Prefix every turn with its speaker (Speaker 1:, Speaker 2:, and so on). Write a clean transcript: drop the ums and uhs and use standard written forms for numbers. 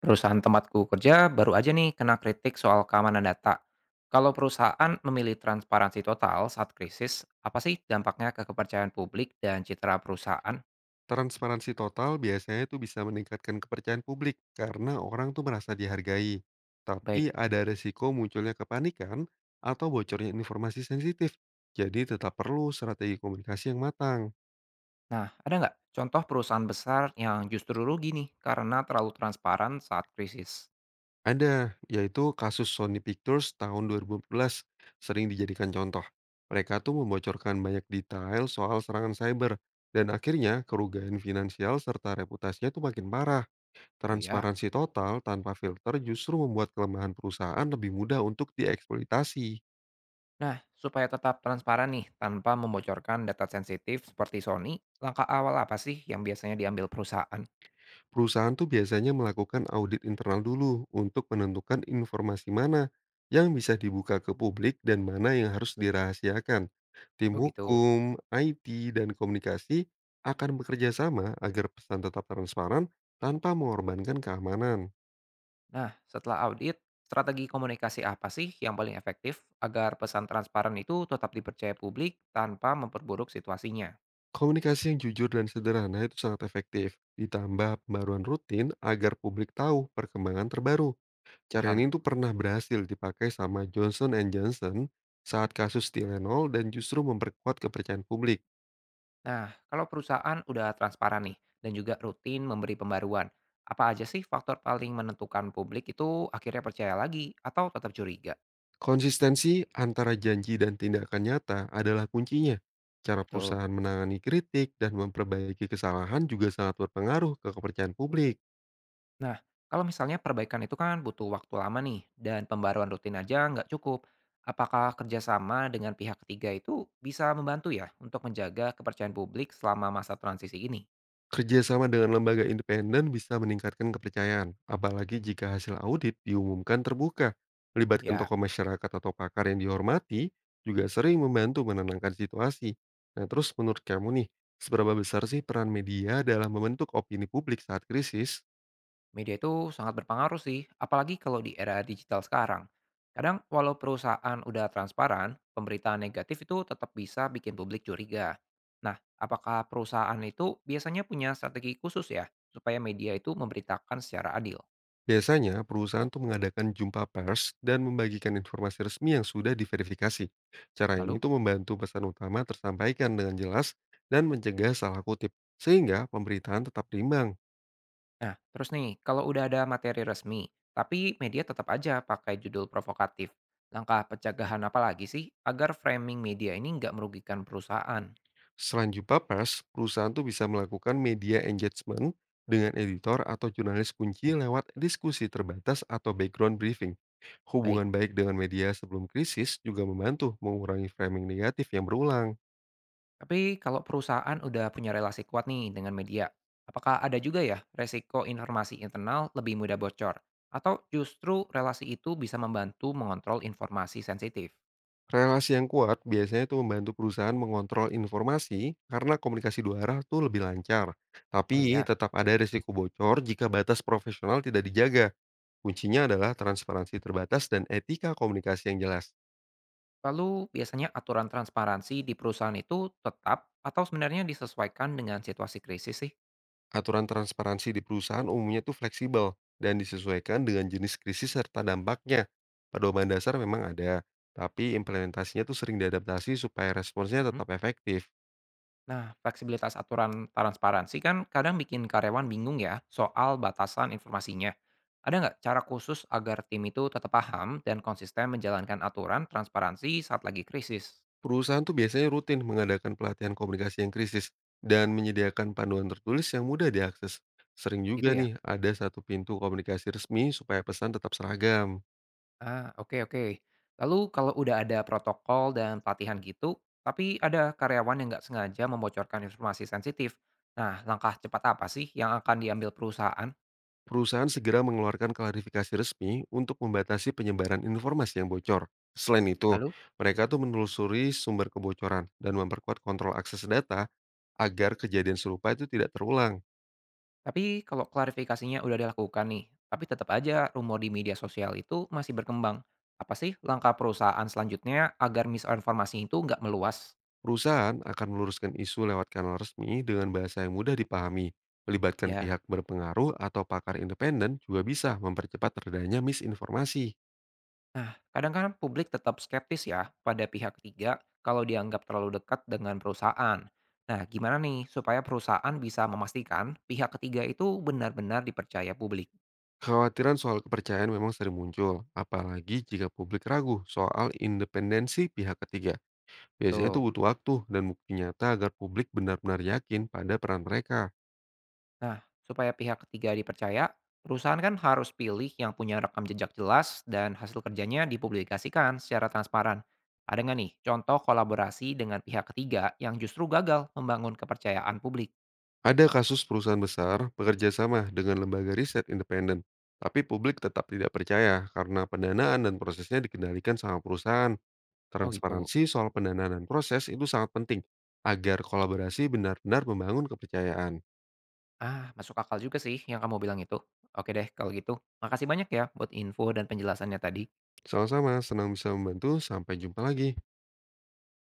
Speaker 1: Perusahaan tempatku kerja baru aja nih kena kritik soal keamanan data. Kalau perusahaan memilih transparansi total saat krisis, apa sih dampaknya ke kepercayaan publik dan citra perusahaan?
Speaker 2: Transparansi total biasanya itu bisa meningkatkan kepercayaan publik karena orang tuh merasa dihargai.
Speaker 1: Baik,
Speaker 2: Tapi ada resiko munculnya kepanikan atau bocornya informasi sensitif. Jadi tetap perlu strategi komunikasi yang matang.
Speaker 1: nah ada nggak contoh perusahaan besar yang justru rugi nih karena terlalu transparan saat krisis?
Speaker 2: Ada, yaitu kasus Sony Pictures tahun 2014 sering dijadikan contoh. Mereka tuh membocorkan banyak detail soal serangan cyber dan akhirnya kerugian finansial serta reputasinya tuh makin parah.
Speaker 1: Oh iya.
Speaker 2: Transparansi total tanpa filter justru membuat kelemahan perusahaan lebih mudah untuk dieksploitasi.
Speaker 1: Nah, supaya tetap transparan nih tanpa membocorkan data sensitif seperti Sony, langkah awal apa sih yang biasanya diambil perusahaan?
Speaker 2: Perusahaan tuh biasanya melakukan audit internal dulu untuk menentukan informasi mana yang bisa dibuka ke publik dan mana yang harus dirahasiakan. Tim
Speaker 1: Oh gitu.
Speaker 2: hukum, IT, dan komunikasi akan bekerja sama agar pesan tetap transparan tanpa mengorbankan keamanan.
Speaker 1: Nah, setelah audit, strategi komunikasi apa sih yang paling efektif agar pesan transparan itu tetap dipercaya publik tanpa memperburuk situasinya?
Speaker 2: Komunikasi yang jujur dan sederhana itu sangat efektif, ditambah pembaruan rutin agar publik tahu perkembangan terbaru. Cara
Speaker 1: Paham?
Speaker 2: ini tuh pernah berhasil dipakai sama Johnson& and Johnson saat kasus Tylenol dan justru memperkuat kepercayaan publik.
Speaker 1: Nah, kalau perusahaan udah transparan nih dan juga rutin memberi pembaruan, apa aja sih faktor paling menentukan publik itu akhirnya percaya lagi atau tetap curiga?
Speaker 2: Konsistensi antara janji dan tindakan nyata adalah kuncinya. Cara
Speaker 1: Betul.
Speaker 2: perusahaan menangani kritik dan memperbaiki kesalahan juga sangat berpengaruh ke kepercayaan publik.
Speaker 1: Nah, kalau misalnya perbaikan itu kan butuh waktu lama nih, dan pembaruan rutin aja nggak cukup. Apakah kerjasama dengan pihak ketiga itu bisa membantu ya untuk menjaga kepercayaan publik selama masa transisi ini?
Speaker 2: Kerjasama dengan lembaga independen bisa meningkatkan kepercayaan, apalagi jika hasil audit diumumkan terbuka. Melibatkan
Speaker 1: Ya,
Speaker 2: tokoh masyarakat atau pakar yang dihormati juga sering membantu menenangkan situasi. Nah, terus menurut kamu nih, seberapa besar sih peran media dalam membentuk opini publik saat krisis?
Speaker 1: media itu sangat berpengaruh sih, apalagi kalau di era digital sekarang. Kadang walau perusahaan udah transparan, pemberitaan negatif itu tetap bisa bikin publik curiga. Nah, apakah perusahaan itu biasanya punya strategi khusus ya supaya media itu memberitakan secara adil?
Speaker 2: Biasanya perusahaan tuh mengadakan jumpa pers dan membagikan informasi resmi yang sudah diverifikasi. Cara
Speaker 1: Lalu.
Speaker 2: ini tuh membantu pesan utama tersampaikan dengan jelas dan mencegah salah kutip, sehingga pemberitaan tetap berimbang.
Speaker 1: Nah, terus nih, kalau udah ada materi resmi, tapi media tetap aja pakai judul provokatif. Langkah pencegahan apa lagi sih agar framing media ini nggak merugikan perusahaan?
Speaker 2: Selanjut pers perusahaan tuh bisa melakukan media engagement dengan editor atau jurnalis kunci lewat diskusi terbatas atau background briefing.
Speaker 1: Baik,
Speaker 2: Hubungan baik dengan media sebelum krisis juga membantu mengurangi framing negatif yang berulang.
Speaker 1: tapi kalau perusahaan udah punya relasi kuat nih dengan media, apakah ada juga ya resiko informasi internal lebih mudah bocor? Atau justru relasi itu bisa membantu mengontrol informasi sensitif?
Speaker 2: Relasi yang kuat biasanya itu membantu perusahaan mengontrol informasi karena komunikasi dua arah tuh lebih lancar.
Speaker 1: Oh
Speaker 2: Tapi
Speaker 1: iya,
Speaker 2: tetap ada risiko bocor jika batas profesional tidak dijaga. Kuncinya adalah transparansi terbatas dan etika komunikasi yang jelas.
Speaker 1: lalu biasanya aturan transparansi di perusahaan itu tetap atau sebenarnya disesuaikan dengan situasi krisis sih?
Speaker 2: Aturan transparansi di perusahaan umumnya itu fleksibel dan disesuaikan dengan jenis krisis serta dampaknya. Pedoman dasar memang ada, tapi implementasinya tuh sering diadaptasi supaya responsnya
Speaker 1: Mhm.
Speaker 2: tetap efektif.
Speaker 1: Nah, fleksibilitas aturan transparansi kan kadang bikin karyawan bingung ya soal batasan informasinya. Ada nggak cara khusus agar tim itu tetap paham dan konsisten menjalankan aturan transparansi saat lagi krisis?
Speaker 2: Perusahaan tuh biasanya rutin mengadakan pelatihan komunikasi yang krisis dan menyediakan panduan tertulis yang mudah diakses. Sering
Speaker 1: Gitu
Speaker 2: juga
Speaker 1: ya?
Speaker 2: nih ada satu pintu komunikasi resmi supaya pesan tetap seragam.
Speaker 1: Ah, oke oke. Lalu kalau udah ada protokol dan pelatihan gitu, tapi ada karyawan yang nggak sengaja membocorkan informasi sensitif, nah langkah cepat apa sih yang akan diambil perusahaan?
Speaker 2: Perusahaan segera mengeluarkan klarifikasi resmi untuk membatasi penyebaran informasi yang bocor. Selain itu,
Speaker 1: Lalu?
Speaker 2: mereka tuh menelusuri sumber kebocoran dan memperkuat kontrol akses data agar kejadian serupa itu tidak terulang.
Speaker 1: Tapi kalau klarifikasinya udah dilakukan nih, tapi tetap aja rumor di media sosial itu masih berkembang. Apa sih langkah perusahaan selanjutnya agar misinformasi itu nggak meluas?
Speaker 2: Perusahaan akan meluruskan isu lewat kanal resmi dengan bahasa yang mudah dipahami. Melibatkan
Speaker 1: Ya,
Speaker 2: pihak berpengaruh atau pakar independen juga bisa mempercepat redanya misinformasi.
Speaker 1: nah kadang kadang publik tetap skeptis ya pada pihak ketiga kalau dianggap terlalu dekat dengan perusahaan. Nah, gimana nih supaya perusahaan bisa memastikan pihak ketiga itu benar-benar dipercaya publik?
Speaker 2: Kekhawatiran soal kepercayaan memang sering muncul, apalagi jika publik ragu soal independensi pihak ketiga. Biasanya itu
Speaker 1: Betul.
Speaker 2: butuh waktu dan bukti nyata agar publik benar-benar yakin pada peran mereka.
Speaker 1: Nah, supaya pihak ketiga dipercaya, perusahaan kan harus pilih yang punya rekam jejak jelas dan hasil kerjanya dipublikasikan secara transparan. Ada nggak nih contoh kolaborasi dengan pihak ketiga yang justru gagal membangun kepercayaan publik?
Speaker 2: Ada kasus perusahaan besar bekerja sama dengan lembaga riset independen, tapi publik tetap tidak percaya karena pendanaan dan prosesnya dikendalikan sama perusahaan.
Speaker 1: Oh gitu.
Speaker 2: Transparansi soal pendanaan dan proses itu sangat penting agar kolaborasi benar-benar membangun kepercayaan.
Speaker 1: Ah, masuk akal juga sih yang kamu bilang itu. Oke deh, kalau gitu. Makasih banyak ya buat info dan penjelasannya tadi.
Speaker 2: Sama-sama, senang bisa membantu. Sampai jumpa lagi.